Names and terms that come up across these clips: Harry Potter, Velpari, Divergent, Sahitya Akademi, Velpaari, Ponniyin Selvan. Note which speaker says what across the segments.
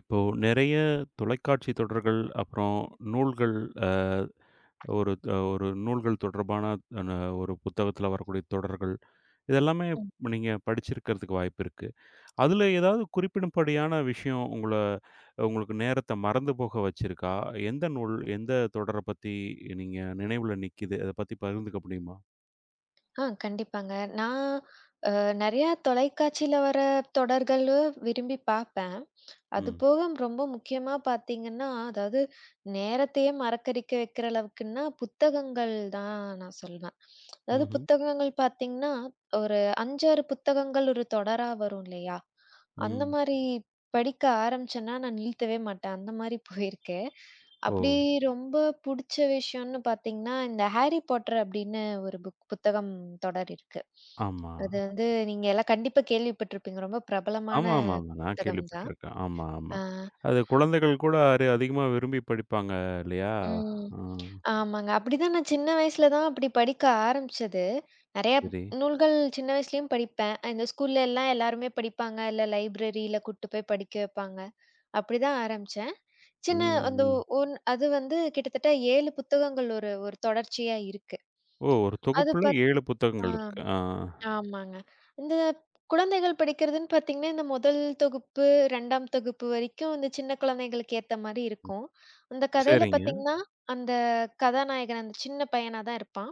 Speaker 1: இப்போ நிறைய தொலைக்காட்சி தொடர்கள், அப்புறம் நூல்கள், அ ஒரு த ஒரு நூல்கள் தொடர்பான அ ஒரு புத்தகத்தில வரக்கூடிய தொடர்கள், இதெல்லாமே
Speaker 2: ம்.
Speaker 1: நீங்க படிச்சிருக்கிறதுக்கு வாய்ப்பு இருக்கு. அதில ஏதாவது குறிப்பிடும்படியான விஷயம் உங்களுக்கு நேரத்த மறந்து போக வச்சிருக்கா? எந்த நூல், எந்த தொடர பத்தி நீங்க நினைவுல நிக்கிது? அத பத்தி பகிர்ந்துக்க முடியுமா?
Speaker 2: ஆ கண்டிப்பாங்க. நான் அ நெறையா தொலைக்காட்சியில வர தொடர்களும் விரும்பி பார்ப்பேன்.
Speaker 1: ம்.
Speaker 2: அதுபோக ரொம்ப முக்கியமா பார்த்தீங்கன்னா, அதாவது நேரத்தையே மறக்கடிக்க வைக்கிற அளவுக்குன்னா, புத்தகங்கள் தான் நான் சொல்வேன். அதாவது
Speaker 1: ம்ஹ்ம்.
Speaker 2: புத்தகங்கள் பார்த்தீங்கன்னா, ஒரு 5, 6 புத்தகங்கள் ஒரு தொடரா வரும் இல்லையா? அந்த
Speaker 1: ம்.
Speaker 2: மாரி படிக்க ஆரம்பிச்சேன்னா, நான் நிறுத்தவே மாட்டேன். அந்த மாரி போயிருக்கேன்.
Speaker 1: ஓ!
Speaker 2: அப்படி ரொம்ப புடிச்ச விஷயம்னு பார்த்தீங்கன்னா, இந்த ஹாரி பாட்டர் அப்படின்னு ஒரு புத்தகம் தொடர் இருக்கு.
Speaker 1: ஆமா.
Speaker 2: அது வந்து நீங்க எல்லாம் கண்டிப்பா கேள்விப்பட்டிருப்பீங்க. ரொம்ப பிரபலமான
Speaker 1: ஆமா, ஆமா, ஆமா. நான்
Speaker 2: புத்தகம் தான்.
Speaker 1: கேள்விப்பட்டுருக்கேன். ஆமா, ஆமா.
Speaker 2: ஆ,
Speaker 1: அது குழந்தைகள் கூட அதிகமா விரும்பி படிப்பாங்க இல்லையா?
Speaker 2: ம்.
Speaker 1: ஆ,
Speaker 2: ஆமாங்க. அப்படிதான் நான் சின்ன வயசுல தான் அப்படி படிக்க ஆரம்பிச்சது. நெறைய
Speaker 1: சரி.
Speaker 2: நூல்கள் சின்ன வயசுலயும் படிப்பேன். இந்த ஸ்கூல்ல எல்லாம் எல்லாருமே படிப்பாங்க. இல்ல லைப்ரரியில கூட்டு போய் படிக்க வைப்பாங்க. அப்படிதான் ஆரம்பிச்சேன்.
Speaker 1: ம்,
Speaker 2: சின்ன அந்த
Speaker 1: ம்.
Speaker 2: அது வந்து கிட்டத்தட்ட 7 புத்தகங்கள் ஒரு ஒரு தொடர்ச்சியா இருக்கு.
Speaker 1: ஓ! ஒரு
Speaker 2: அது
Speaker 1: தொகுப்புல
Speaker 2: பாத்
Speaker 1: 7
Speaker 2: ஆ.
Speaker 1: புத்தகங்கள் இருக்கு. ஆ.
Speaker 2: ஆமாங்க. இந்த குழந்தைகள் படிக்கிறதுன்னு பார்த்தீங்கன்னா, இந்த முதல் தொகுப்பு, 2ஆம் தொகுப்பு வரைக்கும் இந்த சின்ன குழந்தைகளுக்கு ஏத்த மாரி
Speaker 1: ம்.
Speaker 2: இருக்கும். அந்த கதையில
Speaker 1: சரிங்க.
Speaker 2: பார்த்தீங்கன்னா, அந்த கதாநாயகன் அந்த சின்ன பையனா தான் இருப்பான்.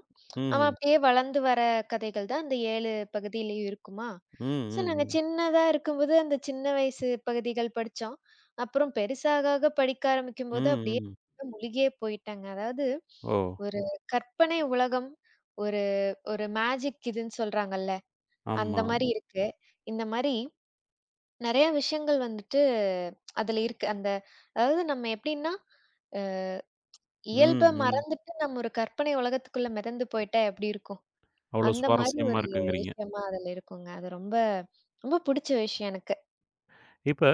Speaker 2: அவன்
Speaker 1: ம்ஹ்ம்.
Speaker 2: அப்படியே வளர்ந்து வர கதைகள் தான் அந்த 7 பகுதியிலயும் இருக்குமா.
Speaker 1: ம்,
Speaker 2: ஸோ
Speaker 1: ம்,
Speaker 2: நாங்க
Speaker 1: ம்.
Speaker 2: சின்னதா இருக்கும்போது அந்த சின்ன வயசு பகுதிகள் படிச்சோம். அப்புறம் பெருசாக ஆக படிக்க ஆரம்பிக்கும்போது
Speaker 1: ம்,
Speaker 2: அப்படியே
Speaker 1: ம்.
Speaker 2: மூழ்கியே போயிட்டேங்க. அதாவது
Speaker 1: ஓ!
Speaker 2: ஒரு கற்பனை உலகம், ஒரு ஒரு மேஜிக் இதுன்னு சொல்றாங்கல்ல. அந்த
Speaker 1: ஆமா.
Speaker 2: மாரி இருக்கு. இந்த மாரி நெறைய விஷயங்கள் வந்துட்டு அதுல இருக்கு. அதாவது நம்ம எப்படின்னா, அ
Speaker 1: ம்,
Speaker 2: இயல்ப
Speaker 1: ம்.
Speaker 2: மறந்துட்டு நம்ம ஒரு கற்பனை உலகத்துக்குள்ள மிதந்து போயிட்டா எப்படி இருக்கும்?
Speaker 1: அவ்வளோ
Speaker 2: அந்த மாரி
Speaker 1: சுவாரஸ்யமா
Speaker 2: ஒரு
Speaker 1: இருக்குங்கிறீங்க.
Speaker 2: விஷயமா அதுல இருக்குங்க. அது ரொம்ப ரொம்ப புடிச்ச விஷயம் எனக்கு.
Speaker 1: இப்ப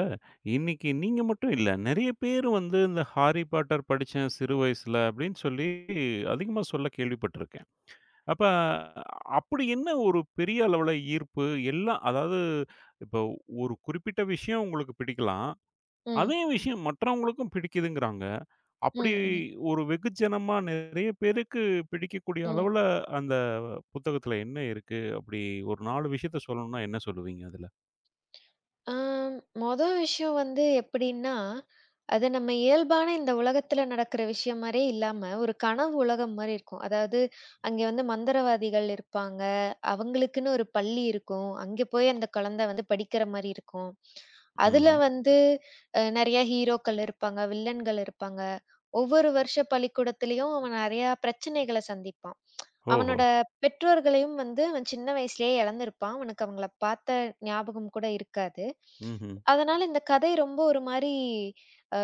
Speaker 1: இன்னைக்கு நீங்க மட்டும் இல்ல. நெறைய பேர் வந்து இந்த ஹாரி பாட்டர் படிச்சேன் சிறு வயசுல அப்படின்னு சொல்லி அதிகமா சொல்ல கேள்விப்பட்டுருக்கேன். அப்ப அப்படி என்ன ஒரு பெரிய அளவுல ஈர்ப்பு? எல்லாம் அதாவது இப்போ ஒரு குறிப்பிட்ட விஷயம் உங்களுக்கு பிடிக்கலாம்.
Speaker 2: ம்,
Speaker 1: அதே விஷயம் மற்றவங்களுக்கும் பிடிக்குதுங்கிறாங்க. அப்படி
Speaker 2: ம், ம்,
Speaker 1: ஒரு வெகுஜனமா நிறைய பேருக்கு பிடிக்கக்கூடிய
Speaker 2: ம்.
Speaker 1: அளவுல அந்த புத்தகத்துல என்ன இருக்கு? அப்படி ஒரு 4 விஷயத்த சொல்லணும்னா என்ன சொல்லுவீங்க அதுல?
Speaker 2: ஆம், மொத விஷயம் வந்து எப்படின்னா, அது நம்ம இயல்பான இந்த உலகத்துல நடக்கிற விஷயம் மாரியே இல்லாம, ஒரு கனவு உலகம் மாரி இருக்கும். அதாவது, அங்கே வந்து மந்திரவாதிகள் இருப்பாங்க. அவங்களுக்குன்னு ஒரு பள்ளி இருக்கும். அங்கே போய் அந்த குழந்தை வந்து படிக்கிற மாரி இருக்கும். அதுல
Speaker 1: ம்ஹ்ம்.
Speaker 2: வந்து நெறைய ஹீரோக்கள் இருப்பாங்க, வில்லன்கள் இருப்பாங்க. ஒவ்வொரு வருஷ பள்ளிக்கூடத்திலயும் அவன் நெறையா பிரச்சனைகள சந்திப்பான்.
Speaker 1: ஓஹோ!
Speaker 2: அவனோட பெற்றோர்களையும் வந்து அவன் சின்ன வயசுலயே இழந்திருப்பான். அவனுக்கு அவங்கள பார்த்த ஞாபகம் கூட இருக்காது.
Speaker 1: ம்ஹ்ம்.
Speaker 2: அதனால இந்த கதை ரொம்ப ஒரு மாரி அ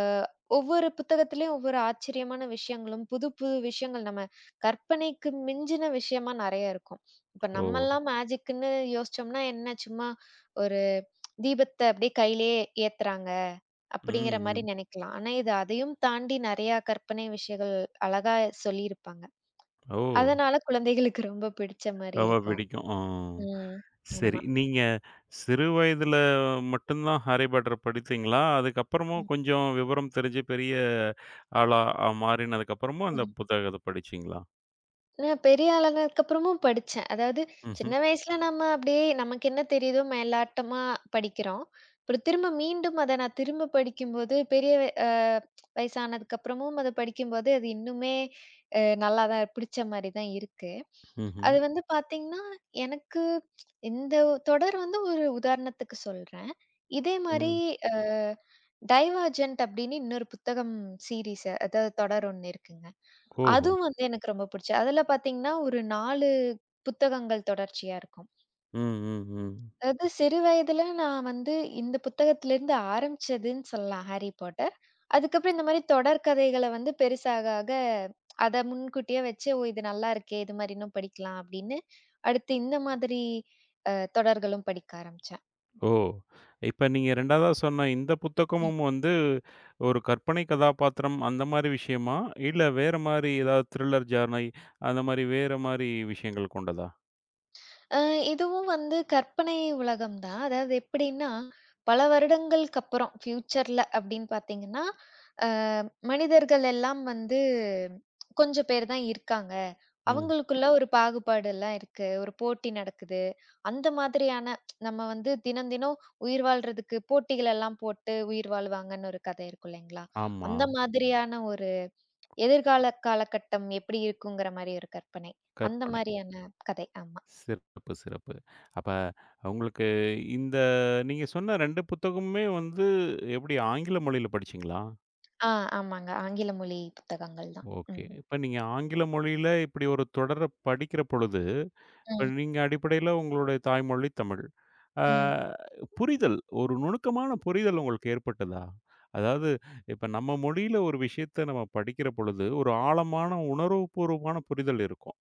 Speaker 2: ஒவ்வொரு புத்தகத்திலயும் ஒவ்வொரு ஆச்சரியமான விஷயங்களும், புது புது விஷயங்கள் நம்ம கற்பனைக்கு மிஞ்சின விஷயமா நெறைய இருக்கும். இப்ப
Speaker 1: ஓ!
Speaker 2: நம்மலாம் மேஜிக்ன்னு யோசிச்சோம்னா என்ன சும்மா ஒரு தீபத்த அப்படியே கையிலயே ஏத்துறாங்க
Speaker 1: ம்,
Speaker 2: அப்படிங்கிற மாரி
Speaker 1: ம்.
Speaker 2: நெனைக்கலாம். ஆனா இது அதையும் தாண்டி நெறையா கற்பனை விஷயங்கள் அழகா சொல்லியிருப்பாங்க.
Speaker 1: ஓ!
Speaker 2: அதனால குழந்தைகளுக்கு ரொம்ப பிடிச்ச மாரி
Speaker 1: ரொம்ப
Speaker 2: இருக்கும்.
Speaker 1: பிடிக்கும். ம்.
Speaker 2: ம்.
Speaker 1: சரி.
Speaker 2: ஆமா.
Speaker 1: நீங்க சிறு வயதில மட்டும் தான் ஹாரி பாட்டர் படித்தீங்களா? அதுக்கப்புறமும் கொஞ்சம் விவரம் தெரிஞ்சு பெரிய ஆளா மாறினதுக்கப்புறமும் அந்த
Speaker 2: ம்.
Speaker 1: புத்தகத்த படிச்சீங்களா?
Speaker 2: நான் பெரிய ஆளானதுக்கு அப்புறமும் படிச்சேன். அதாவது
Speaker 1: ம்ஹ்ம்.
Speaker 2: சின்ன வயசுல நம்ம அப்படியே நமக்கு என்ன தெரியுதோ மேலாட்டமா படிக்கிறோம். அப்புறம் திரும்ப மீண்டும் அத நான் திரும்ப படிக்கும்போது, பெரிய அ வயசானதுக்கு அப்புறமும் அத படிக்கும்போது, அது இன்னுமே நல்லா தான் பிடிச்ச மாரி தான் இருக்கு.
Speaker 1: ம்ஹ்ம்.
Speaker 2: அது வந்து பார்த்தீங்கன்னா, எனக்கு இந்த தொடர் வந்து ஒரு உதாரணத்துக்கு சொல்றேன். இதே மாரி
Speaker 1: ம்.
Speaker 2: அ டைவர்ஜென்ட் அப்படின்னு இன்னொரு புத்தகம் சீரிஸ் அதாவது தொடர் ஒண்ணு இருக்குங்க.
Speaker 1: ஓஹோ!
Speaker 2: அதுவும் வந்து எனக்கு ரொம்ப பிடிச்சது. அதுல பாத்தீங்கன்னா, ஒரு 4 புத்தகங்கள் தொடர்ச்சியா இருக்கும்.
Speaker 1: ம், ம், ம்.
Speaker 2: அதாவது சிறு வயதுல நான் வந்து இந்த புத்தகத்திலிருந்து ஆரம்பிச்சதுன்னு சொல்லலாம், ஹாரி பாட்டர். அதுக்கப்புறம் இந்த மாரி தொடர் கதைகள வந்து பெருசாக ஆக அத முன்கூட்டியே வச்சு, "ஓ! இது நல்லா இருக்கே! இது மாரி இன்னும் படிக்கலாம்" அப்படின்னு, அடுத்து இந்த மாதிரி அ தொடர்களும் படிக்க ஆரம்பிச்சேன்.
Speaker 1: ஓ! இப்ப நீங்க 2வதா சொன்ன இந்த
Speaker 2: ம்.
Speaker 1: புத்தகமும் வந்து ஒரு கற்பனை கதாபாத்திரம் அந்த மாரி விஷயமா? இல்ல வேற மாரி ஏதாவது த்ரில்லர் ஜானை அந்த மாரி வேற மாரி விஷயங்கள் கொண்டதா?
Speaker 2: அ இதுவும் வந்து கற்பனை உலகம் தான். அதாவது எப்படின்னா, பல வருடங்களுக்கு அப்புறம் ஃபியூச்சர்ல அப்படின்னு பார்த்தீங்கன்னா, அ மனிதர்கள் எல்லாம் வந்து கொஞ்சம் பேர் தான் இருக்காங்க.
Speaker 1: ம்.
Speaker 2: அவங்களுக்குள்ள ஒரு பாகுபாடு எல்லாம் இருக்கு. ஒரு போட்டி நடக்குது. அந்த மாதிரியான நம்ம வந்து தினம் தினம் உயிர் வாழ்றதுக்கு போட்டிகள் எல்லாம் போட்டு உயிர் வாழ்வாங்கன்னு ஒரு கதை இருக்கும் இல்லைங்களா?
Speaker 1: ஆமா.
Speaker 2: அந்த மாதிரியான ஒரு எதிர்கால காலகட்டம் எப்படி இருக்குங்கிற மாரி ஒரு கற்பனை. அந்த
Speaker 1: கற்பனை.
Speaker 2: மாரியான கதை. ஆமா.
Speaker 1: சிறப்பு, சிறப்பு. அப்ப உங்களுக்கு இந்த நீங்க சொன்ன 2 புத்தகமுமே வந்து எப்படி ஆங்கில மொழியில படிச்சீங்களா?
Speaker 2: ஆ, ஆமாங்க. ஆங்கில மொழி புத்தகங்கள் தான்.
Speaker 1: ஓகே.
Speaker 2: ம்.
Speaker 1: இப்ப நீங்க ஆங்கில மொழியில இப்படி ஒரு தொடர படிக்கிற பொழுது இப்ப
Speaker 2: ம்.
Speaker 1: நீங்க அடிப்படையில உங்களுடைய தாய்மொழி தமிழ். ஆ,
Speaker 2: ம்.
Speaker 1: புரிதல், ஒரு நுணுக்கமான புரிதல் உங்களுக்கு ஏற்பட்டதா? அதாவது இப்ப நம்ம மொழியில ஒரு விஷயத்த நம்ம படிக்கிற பொழுது, ஒரு ஆழமான உணர்வுபூர்வமான புரிதல் இருக்கும்.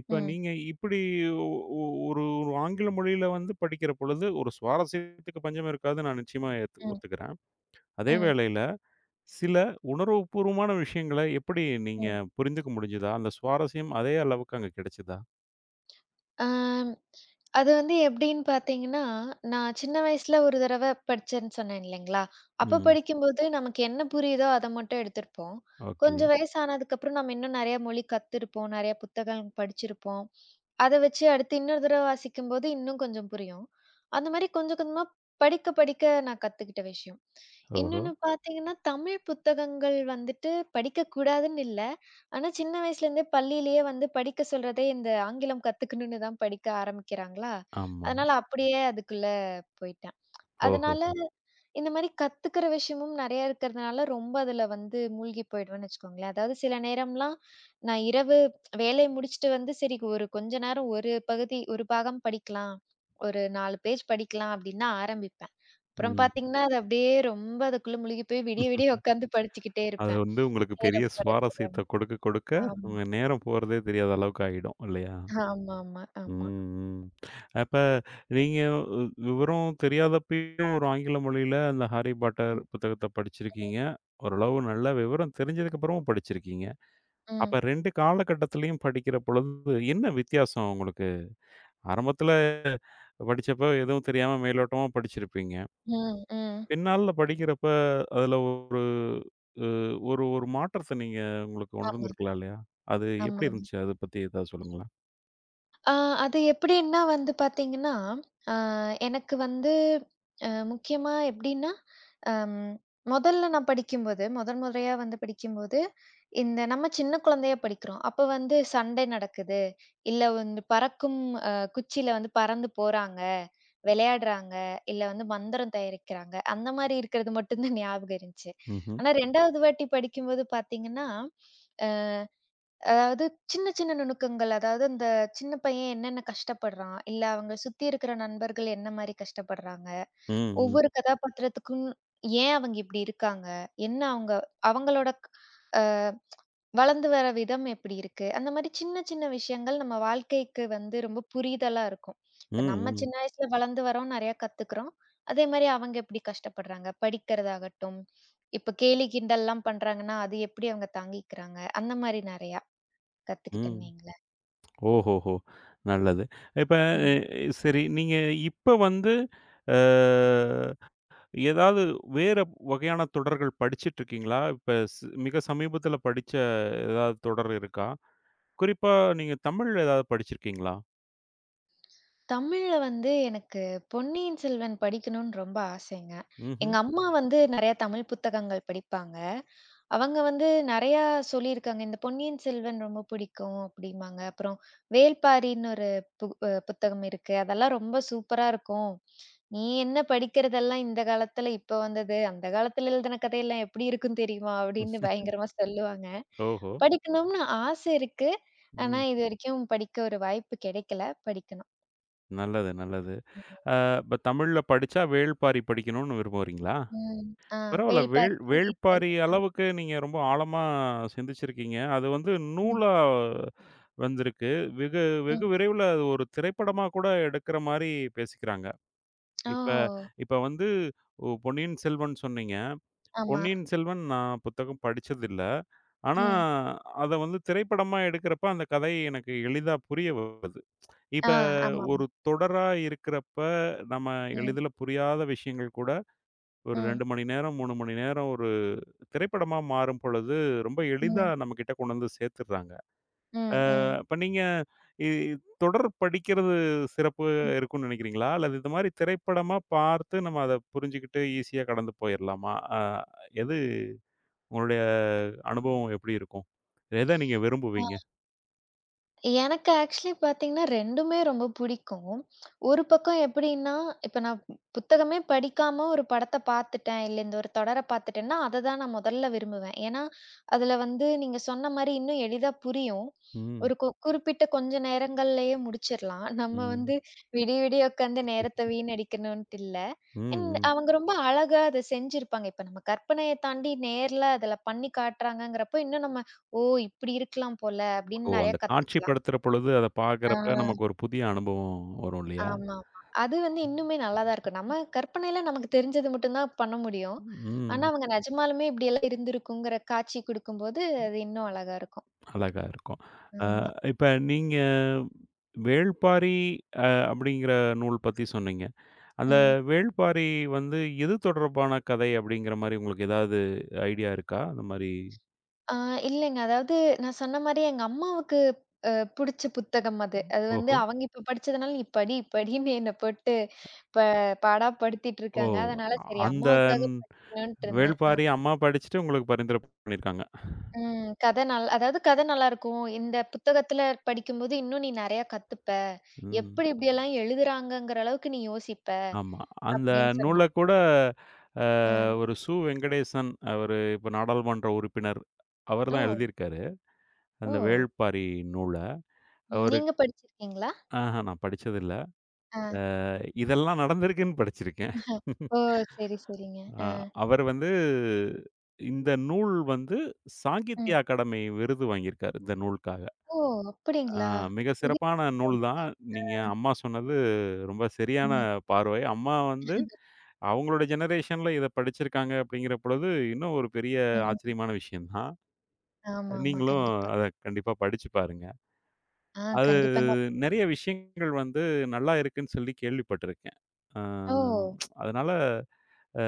Speaker 1: இப்ப
Speaker 2: ம்.
Speaker 1: நீங்க இப்படி ஒ ஒ ஒரு ஒரு ஆங்கில மொழியில வந்து படிக்கிற பொழுது, ஒரு சுவாரஸ்யத்துக்கு பஞ்சம் இருக்காது, நான் நிச்சயமா
Speaker 2: ம்.
Speaker 1: ஒத்துக்கிறேன். அதே
Speaker 2: ம்.
Speaker 1: வேளையில சில உணர்வுபூர்வமான விஷயங்கள எப்படி நீங்க
Speaker 2: ம்.
Speaker 1: புரிந்துக்க முடிஞ்சதா? அந்த சுவாரஸ்யம் அதே அளவுக்கு அங்க கிடைச்சதா?
Speaker 2: ஆம். அது வந்து எப்படின்னு பார்த்தீங்கன்னா, நான் சின்ன வயசுல ஒரு தடவ படிச்சேன்னு சொன்னேன் இல்லைங்களா? அப்ப
Speaker 1: ம்.
Speaker 2: படிக்கும்போது நமக்கு என்ன புரியுதோ அத மட்டும் எடுத்திருப்போம்.
Speaker 1: ஓகே.
Speaker 2: கொஞ்சம் வயசானதுக்கப்புறம் நம்ம இன்னும் நெறைய மொழி கத்திருப்போம். நெறைய புத்தகம் படிச்சிருப்போம். அத வச்சு அடுத்து இன்னொரு தடவ வாசிக்கும்போது இன்னும் கொஞ்சம் புரியும். அந்த மாரி கொஞ்சம் கொஞ்சமா படிக்க படிக்க நான் கத்துக்கிட்ட விஷயம்.
Speaker 1: ஓஹோ!
Speaker 2: இன்னொன்னு பார்த்தீங்கன்னா, தமிழ் புத்தகங்கள் வந்துட்டு படிக்கக்கூடாதுன்னு இல்ல. ஆனா, சின்ன வயசுலேருந்தே பள்ளியிலேயே வந்து படிக்க சொல்றதே இந்த ஆங்கிலம் கத்துக்கணுன்னு தான் படிக்க ஆரம்பிக்கிறாங்களா,
Speaker 1: ஆமா.
Speaker 2: அதனால அப்படியே அதுக்குள்ள போயிட்டேன்.
Speaker 1: ஓஹோஹோ!
Speaker 2: அதனால இந்த மாரி கத்துக்கிற விஷயமும் நெறைய இருக்கிறதுனால, ரொம்ப அதுல வந்து மூழ்கி போயிடுவேன்னு வச்சுக்கோங்களேன். அதாவது சில நேரம்லாம் நான் இரவு வேலைய முடிச்சுட்டு வந்து, சரி ஒரு கொஞ்ச நேரம் ஒரு பகுதி ஒரு பாகம் படிக்கலாம். ஒரு 4 பேஜ் படிக்கலாம் அப்டின்னு ஆரம்பிப்பேன். அப்புறம்
Speaker 1: ம்.
Speaker 2: பாத்தீங்கன்னா, அது அப்டியே ரொம்ப அதுக்குள்ள முழுகி போய் விடிய விடிய உட்காந்து படிச்சுக்கிட்டே
Speaker 1: அது
Speaker 2: இருப்பேன்.
Speaker 1: வந்து உங்களுக்கு பெரிய
Speaker 2: நேரம் போறது தெரியாம.
Speaker 1: சுவாரஸ்யத்த கொடுக்க, கொடுக்க
Speaker 2: ஆமா,
Speaker 1: உங்க நேரம் போறதே தெரியாத அளவுக்கு ஆயிடும் இல்லையா?
Speaker 2: ஆமாமா,
Speaker 1: ம்,
Speaker 2: ஆமா.
Speaker 1: ம். அப்ப நீங்க உ விவரம் தெரியாதப்பயும் ஒரு ஆங்கில மொழியில அந்த ஹாரி பாட்டர்
Speaker 2: ஆமா.
Speaker 1: புத்தகத்த படிச்சிருக்கீங்க. ஓரளவு நல்ல விவரம் தெரிஞ்சதுக்கு அப்புறமும் படிச்சிருக்கீங்க. அப்ப
Speaker 2: ம்,
Speaker 1: 2 காலகட்டத்திலயும் படிக்கிற பொழுது என்ன வித்தியாசம் உங்களுக்கு? ஆரம்பத்துல படிச்சப்ப எதுவும் தெரியாம மேலோட்டமா படிச்சிருப்பீங்க.
Speaker 2: ம், ம்.
Speaker 1: பின்னால படிக்கிறப்ப, அதுல அ ஒரு ஒரு மாற்றத்த நீங்க உங்களுக்கு
Speaker 2: ஆமா,
Speaker 1: உணர்ந்திருக்கலாம் இல்லையா? அது
Speaker 2: ஆமா.
Speaker 1: எப்படி இருந்துச்சு? அத பத்தி ஏதாவது சொல்லுங்களேன்.
Speaker 2: ஆ அது எப்படின்னா வந்து பார்த்தீங்கன்னா, அ எனக்கு வந்து முக்கியமா எப்படின்னா, அம் மொதல்ல நான் படிக்கும்போது, முதல் முறையா வந்து படிக்கும்போது, இந்த நம்ம சின்ன குழந்தையா படிக்கிறோம். அப்ப வந்து சண்டை நடக்குது. இல்ல வந்து பறக்கும் அ குச்சியில வந்து பறந்து போறாங்க, விளையாடுறாங்க, இல்ல வந்து மந்திரம் தயாரிக்கிறாங்க. அந்த மாரி இருக்கிறது மட்டும் தான் ஞாபகம் இருந்துச்சு.
Speaker 1: ம்ஹ்ம்.
Speaker 2: ஆனா 2வது வாட்டி படிக்கும்போது பார்த்தீங்கன்னா அதாவது சின்ன, சின்ன நுணுக்கங்கள். அதாவது அந்த சின்ன பையன் என்னென்ன கஷ்டப்படுறான்? இல்ல அவங்க சுத்தி இருக்கிற நண்பர்கள் என்ன மாரி கஷ்டப்படுறாங்க?
Speaker 1: ம், ம்.
Speaker 2: ஒவ்வொரு கதாபாத்திரத்துக்கும் ஏன் அவங்க இப்படி இருக்காங்க? என்ன அவங்க அவங்களோட க் அ வளர்ந்து வர விதம் எப்படி இருக்கு? அந்த மாரி சின்ன, சின்ன விஷயங்கள் நம்ம வாழ்க்கைக்கு வந்து ரொம்ப புரிதலா இருக்கும். இப்ப
Speaker 1: ம்,
Speaker 2: நம்ம
Speaker 1: ம்.
Speaker 2: சின்ன வயசுல வளர்ந்து வரோம், நெறையா கத்துக்கிறோம். அதே மாரி அவங்க எப்படி கஷ்டப்படுறாங்க? படிக்கிறதாகட்டும், இப்ப கேலி கிண்டல்லாம் பண்றாங்கன்னா, அது எப்படி அவங்க தாங்கிக்கிறாங்க? அந்த மாரி நெறையா கத்துக்கிட்டேன்னு
Speaker 1: ம்.
Speaker 2: வைங்களேன்.
Speaker 1: ஓஹோஹோ! நல்லது. இப்ப
Speaker 2: ம்.
Speaker 1: சரி, நீங்க இப்ப வந்து அ ஏதாவது வேற வகையான தொடர்கள் படிச்சிட்டுருக்கீங்களா? இப்ப மிக சமீபத்தில படிச்ச ஏதாவது தொடர் இருக்கா? குறிப்பா நீங்க தமிழ்ல ஏதாவது படிச்சிருக்கீங்களா?
Speaker 2: தமிழ்ல வந்து எனக்கு பொன்னியின் செல்வன் படிக்கணும்னு ரொம்ப ஆசைங்க.
Speaker 1: ம்ஹ்ம்.
Speaker 2: எங்க அம்மா வந்து நெறைய தமிழ் புத்தகங்கள் படிப்பாங்க. அவங்க வந்து நெறையா சொல்லியிருக்காங்க. இந்த பொன்னியின் செல்வன் ரொம்ப பிடிக்கும் அப்படிம்பாங்க. அப்புறம் வேள்பாரின்னு ஒரு பு அ புத்தகம் இருக்கு. அதெல்லாம் ரொம்ப சூப்பரா இருக்கும். நீ என்ன படிக்கிறதெல்லாம் இந்த காலத்துல இப்ப வந்தது. அந்த காலத்துல எழுதின கதையெல்லாம் எப்படி இருக்கும் தெரியுமா? அப்படின்னு பயங்கரமா சொல்லுவாங்க.
Speaker 1: ஓஹோ!
Speaker 2: படிக்கணும்னு ஆசை இருக்கு. ஆனா
Speaker 1: ம்.
Speaker 2: இதுவரைக்கும் படிக்க ஒரு வாய்ப்பு கிடைக்கல. படிக்கணும்.
Speaker 1: நல்லது, நல்லது. அ இப்ப தமிழ்ல படிச்சா வேள்பாரி படிக்கணும்னு விரும்புறீங்களா?
Speaker 2: ம். ஆ
Speaker 1: பரவால்ல.
Speaker 2: வேள்பாரி, பொன்னியின்
Speaker 1: வேள்பாரி
Speaker 2: செல்வன்.
Speaker 1: அளவுக்கு நீங்க ரொம்ப ஆழமா சிந்திச்சிருக்கீங்க. அது வந்து
Speaker 2: ம்,
Speaker 1: நூலா வந்திருக்கு. வெகு வெகு
Speaker 2: ம்.
Speaker 1: விரைவில அது ஒரு திரைப்படமா கூட எடுக்கிற மாரி பேசிக்கிறாங்க.
Speaker 2: ஓ!
Speaker 1: இப்ப இப்ப வந்து பொன்னியின் செல்வன் சொன்னீங்க.
Speaker 2: ஆமா.
Speaker 1: பொன்னியின் செல்வன் நான் புத்தகம் படிச்சதில்ல. ஆனா,
Speaker 2: ம்.
Speaker 1: அத வந்து திரைப்படமா எடுக்கிறப்ப அந்த கதை எனக்கு எளிதா புரிய வருது.
Speaker 2: ஆ
Speaker 1: இப்ப
Speaker 2: ஆமாமா.
Speaker 1: ஒரு தொடரா இருக்கிறப்ப, நம்ம
Speaker 2: ம்,
Speaker 1: எளிதில புரியாத விஷயங்கள் கூட ஒரு
Speaker 2: ம்,
Speaker 1: 2 மணி நேரம், 3 மணி நேரம் ஒரு திரைப்படமா மாறும் பொழுது, ரொம்ப எளிதா
Speaker 2: ம்,
Speaker 1: நம்மகிட்ட கொண்டு வந்து சேர்த்துடுறாங்க.
Speaker 2: ம், ம்,
Speaker 1: இப்ப நீங்க இ தொடர் படிக்கிறது சிறப்பு
Speaker 2: ம்.
Speaker 1: இருக்கும்னு நினைக்கிறீங்களா? அல்லது இந்த மாரி திரைப்படமா பார்த்து நம்ம அத புரிஞ்சுகிட்டு ஈஸியா கடந்து போயிரலாமா? எது உங்களுடைய அனுபவம் எப்படி இருக்கும்? எத நீங்க
Speaker 2: ஆ.
Speaker 1: விரும்புவீங்க?
Speaker 2: எனக்கு ஆக்சுவலி பார்த்தீங்கன்னா 2மே ரொம்ப பிடிக்கும். ஒரு பக்கம் எப்படின்னா, இப்ப நான் புத்தகமே படிக்காம ஒரு படத்த பார்த்துட்டேன், இல்ல இந்த ஒரு தொடர பார்த்துட்டேன்னா, அத தான் நான் முதல்ல விரும்புவேன். ஏன்னா, அதுல வந்து நீங்க சொன்ன மாரி இன்னும் எளிதா புரியும்.
Speaker 1: ம்,
Speaker 2: ஒரு கு குறிப்பிட்ட கொஞ்ச நேரங்கள்லயே முடிச்சிரலாம். நம்ம
Speaker 1: ம்,
Speaker 2: வந்து விடிய விடிய உட்காந்து நேரத்த வீணடிக்கணுன்ட்டு இல்ல.
Speaker 1: ம்,
Speaker 2: அண்ட்
Speaker 1: ம்.
Speaker 2: அவங்க ரொம்ப அழகா அத செஞ்சிருப்பாங்க. இப்ப நம்ம கற்பனைய தாண்டி நேர்ல அதுல பண்ணி காட்டுறாங்கங்கிறப்போ, இன்னும் நம்ம "ஓ! இப்படி இருக்கலாம் போல" அப்படின்னு
Speaker 1: ஓ!
Speaker 2: நெறைய
Speaker 1: அந்த
Speaker 2: கத்துக்கலாம்.
Speaker 1: காட்சிப்படுத்துற பொழுது அத
Speaker 2: ஆ,
Speaker 1: பார்க்குறப்ப நமக்கு ஒரு புதிய அனுபவம் வரும் இல்லையா?
Speaker 2: ஆமாமா. அது வந்து இன்னுமே நல்லா தான் இருக்கும். நம்ம கற்பனையில நமக்கு தெரிஞ்சது மட்டும் தான் பண்ண முடியும். ஆனா,
Speaker 1: ம்.
Speaker 2: அவங்க நிஜமாலுமே இப்படியெல்லாம் இருந்திருக்குங்கிற காட்சி குடுக்கும்போது, அது இன்னும் அழகா இருக்கும்.
Speaker 1: அழகா இருக்கும். அ
Speaker 2: ஆமா.
Speaker 1: இப்ப நீங்க வேள்பாரி அப்படிங்கிற நூல் பத்தி சொன்னீங்க. அந்த
Speaker 2: ம்.
Speaker 1: வேள்பாரி வந்து எது தொடர்பான கதை அப்படிங்கிற மாரி உங்களுக்கு ஏதாவது ஐடியா இருக்கா? அந்த மாரி
Speaker 2: ஆ இல்லைங்க. அதாவது நான் சொன்ன மாரி எங்க அம்மாவுக்கு அ புடிச்ச புத்தகம் அது. அது வந்து
Speaker 1: ஓஹோ!
Speaker 2: அவங்க இப்ப படிச்சதுனால, "நீ படி, படின்னு" என்ன போட்டு ப பாடா படுத்திட்டு
Speaker 1: ஓ!
Speaker 2: இருக்காங்க. அதனால சரி
Speaker 1: அந்த
Speaker 2: அம்மாவுக்காக படிக்கணுன்ட்டு இருந்தேன்.
Speaker 1: வேள்பாரி அம்மா படிச்சுட்டு உங்களுக்கு பரிந்துரை பண்ணியிருக்காங்க.
Speaker 2: ம். கத நல் அதாவது கத நல்லாருக்கும். இந்த புத்தகத்துல படிக்கும்போது, "இன்னும் நீ நெறையா கத்துப்ப.
Speaker 1: ம்.
Speaker 2: எப்படி இப்படியெல்லாம் எழுதுறாங்கங்கிற அளவுக்கு நீ யோசிப்ப."
Speaker 1: ஆமா. அந்த
Speaker 2: அப்படின்னு
Speaker 1: நூல
Speaker 2: சொன்னா.
Speaker 1: கூட அ
Speaker 2: அ.
Speaker 1: ஒரு சு. வெங்கடேசன், அவரு இப்ப நாடாளுமன்ற உறுப்பினர். அவர்
Speaker 2: ஓ!
Speaker 1: தான் எழுதியிருக்காரு.
Speaker 2: ஓ!
Speaker 1: அந்த வேள்பாரி நூல.
Speaker 2: ம்.
Speaker 1: அவரு
Speaker 2: நீங்க படிச்சிருக்கீங்களா?
Speaker 1: ஆஹா நான் படிச்சதில்ல.
Speaker 2: ஆ.
Speaker 1: இதெல்லாம் நடந்திருக்குன்னு படிச்சிருக்கேன்.
Speaker 2: ஓ! சரி, சரிங்க.
Speaker 1: ஆ,
Speaker 2: அ.
Speaker 1: அவர் வந்து இந்த நூல் வந்து
Speaker 2: ம்.
Speaker 1: சாகித்ய அகாடமி விருது வாங்கியிருக்காரு, இந்த நூலுக்காக.
Speaker 2: ஓ!
Speaker 1: ஆ,
Speaker 2: அப்படிங்களா?
Speaker 1: மிக
Speaker 2: இது
Speaker 1: சிறப்பான நூல் தான். நீங்க அம்மா சொன்னது ரொம்ப சரியான
Speaker 2: ம்,
Speaker 1: பார்வை. அம்மா வந்து அவங்களோட ஜெனரேஷன்ல இத படிச்சிருக்காங்க அப்படிங்கிற பொழுது, இன்னும் ஒரு பெரிய
Speaker 2: ம்.
Speaker 1: ஆச்சரியமான விஷயம் தான்.
Speaker 2: ஆமா, ஆமா.
Speaker 1: நீங்களும்
Speaker 2: கண்டிப்பா.
Speaker 1: அத கண்டிப்பா படிச்சு பாருங்க.
Speaker 2: ஆ,
Speaker 1: அது
Speaker 2: கண்டிப்பாங்க.
Speaker 1: நெறைய விஷயங்கள் வந்து நல்லா இருக்குன்னு சொல்லி கேள்விப்பட்டிருக்கேன். ஆ
Speaker 2: ஓ!
Speaker 1: அதனால அ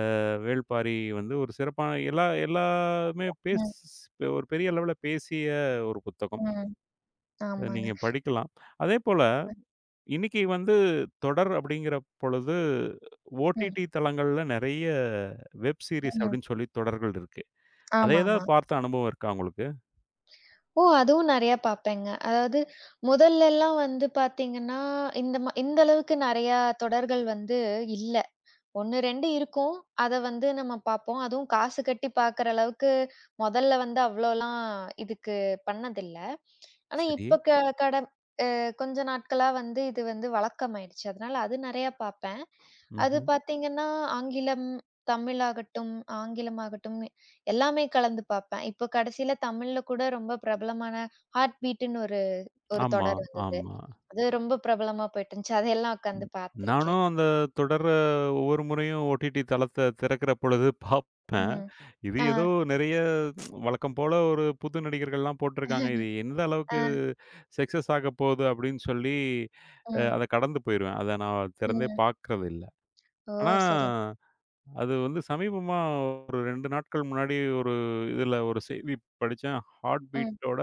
Speaker 1: வேள்பாரி வந்து ஒரு சிறப்பான எல்லாமே பேஸ்,
Speaker 2: ம்,
Speaker 1: ஒரு பெரிய அளவுல பேசிய ஒரு புத்தகம்.
Speaker 2: ம்.
Speaker 1: அத
Speaker 2: ஆமாங்க.
Speaker 1: நீங்க படிக்கலாம். அதேபோல இன்னைக்கு வந்து தொடர் அப்படிங்கிற பொழுது,
Speaker 2: ம்,
Speaker 1: OTT தளங்கள்ல நெறைய வெப் சீரிஸ்
Speaker 2: ம்.
Speaker 1: அப்படின்னு சொல்லி தொடர்கள் இருக்கு. அத ஏதாவது
Speaker 2: ஆமாமா.
Speaker 1: பார்த்த அனுபவம் இருக்கா உங்களுக்கு?
Speaker 2: ஓ! அதுவும் நெறையா பாப்பேங்க. அதாவது முதல்லலாம் வந்து பாத்தீங்கன்னா, இந்த அளவுக்கு நெறையா தொடர்கள் வந்து இல்ல. 1, 2 இருக்கும். அத வந்து நம்ம பார்ப்போம். அதுவும் காசு கட்டி பார்க்குற அளவுக்கு மொதல்ல வந்து அவ்ளோலாம் இதுக்கு பண்ணதில்ல. ஆனா,
Speaker 1: சரி.
Speaker 2: இப்ப க கட அ கொஞ்ச நாட்களா வந்து இது வந்து வழக்கமாயிடுச்சு. அதனால அது நெறையா பார்ப்பேன். அது
Speaker 1: ம்ஹ்ம்.
Speaker 2: பார்த்தீங்கன்னா, ஆங்கிலம், தமிழ் ஆகட்டும், ஆங்கிலம் ஆகட்டும் எல்லாமே கலந்து பார்ப்பேன். இப்போ கடைசில தமிழ்ல கூட ரொம்ப பிரபலமான ஹார்ட் பீட்டுன்னு ஒரு ஒரு
Speaker 1: ஆமா,
Speaker 2: தொடர் இருந்தது.
Speaker 1: ஆமா.
Speaker 2: அது ரொம்ப பிரபலமா போயிட்டு இருந்துச்சு. அதையெல்லாம் உட்காந்து
Speaker 1: ம்.
Speaker 2: பார்த்துருக்கேன்.
Speaker 1: நானும் அந்த தொடர ஒவ்வொரு முறையும் ஓடிடி தளத்த திறக்கிற பொழுது பார்ப்பேன்.
Speaker 2: ம்.
Speaker 1: இது ஏதோ நெறைய வழக்கம் போல ஒரு புது நடிகர்கள்லாம் போட்டிருக்காங்க. இது எந்த அளவுக்கு
Speaker 2: ஆ.
Speaker 1: சக்சஸ் ஆக போகுது அப்படின்னு சொல்லி,
Speaker 2: ம்,
Speaker 1: அத கடந்து போயிருவேன். அத நான் திறந்தே
Speaker 2: ம்.
Speaker 1: பார்க்கறது இல்ல.
Speaker 2: ஓ!
Speaker 1: ஆனா
Speaker 2: சரி.
Speaker 1: அது வந்து சமீபமா ஒரு 2 நாட்கள் முன்னாடி ஒரு இதுல ஒரு செய்தி படிச்சேன். ஹார்ட்
Speaker 2: ம்,
Speaker 1: பீட்டோட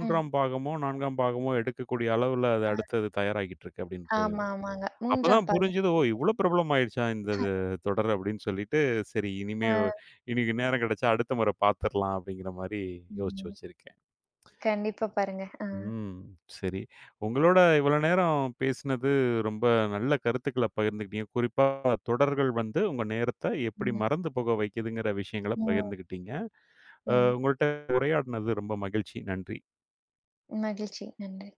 Speaker 2: ம்.
Speaker 1: பாகமோ, 4ஆம் பாகமோ எடுக்கக்கூடிய அளவுல அது
Speaker 2: ஆ.
Speaker 1: அடுத்தது தயாராகிட்டு இருக்கு அப்டின்ட்டு.
Speaker 2: ஆமா, ஆமாங்க. 3ஆம்
Speaker 1: அப்பதான்
Speaker 2: பாகம்.
Speaker 1: புரிஞ்சது, ஓ! இவ்ளோ பிரபலம் ஆயிடுச்சா இந்த இது தொடர் அப்டின்னு சொல்லிட்டு, சரி இனிமே
Speaker 2: ஆ.
Speaker 1: இன்னைக்கு நேரம் கிடைச்சா அடுத்த முறை பார்த்துரலாம் அப்டிங்கிற மாரி யோசிச்சு
Speaker 2: ம்.
Speaker 1: வச்சிருக்கேன்.
Speaker 2: கண்டிப்பா பாருங்க. ஆ.
Speaker 1: ம். சரி. உங்களோட இவ்வளோ நேரம் பேசினது ரொம்ப நல்ல கருத்துக்கள பகிர்ந்துக்கிட்டீங்க. குறிப்பா தொடர்கள் வந்து உங்க நேரத்த எப்படி
Speaker 2: ம்,
Speaker 1: மறந்து போக வைக்குதுங்கிற விஷயங்கள
Speaker 2: ம்,
Speaker 1: பகிர்ந்துக்கிட்டீங்க.
Speaker 2: ம்.
Speaker 1: உங்கள்ட்ட உரையாடினது ரொம்ப மகிழ்ச்சி. நன்றி.
Speaker 2: மகிழ்ச்சி. நன்றி.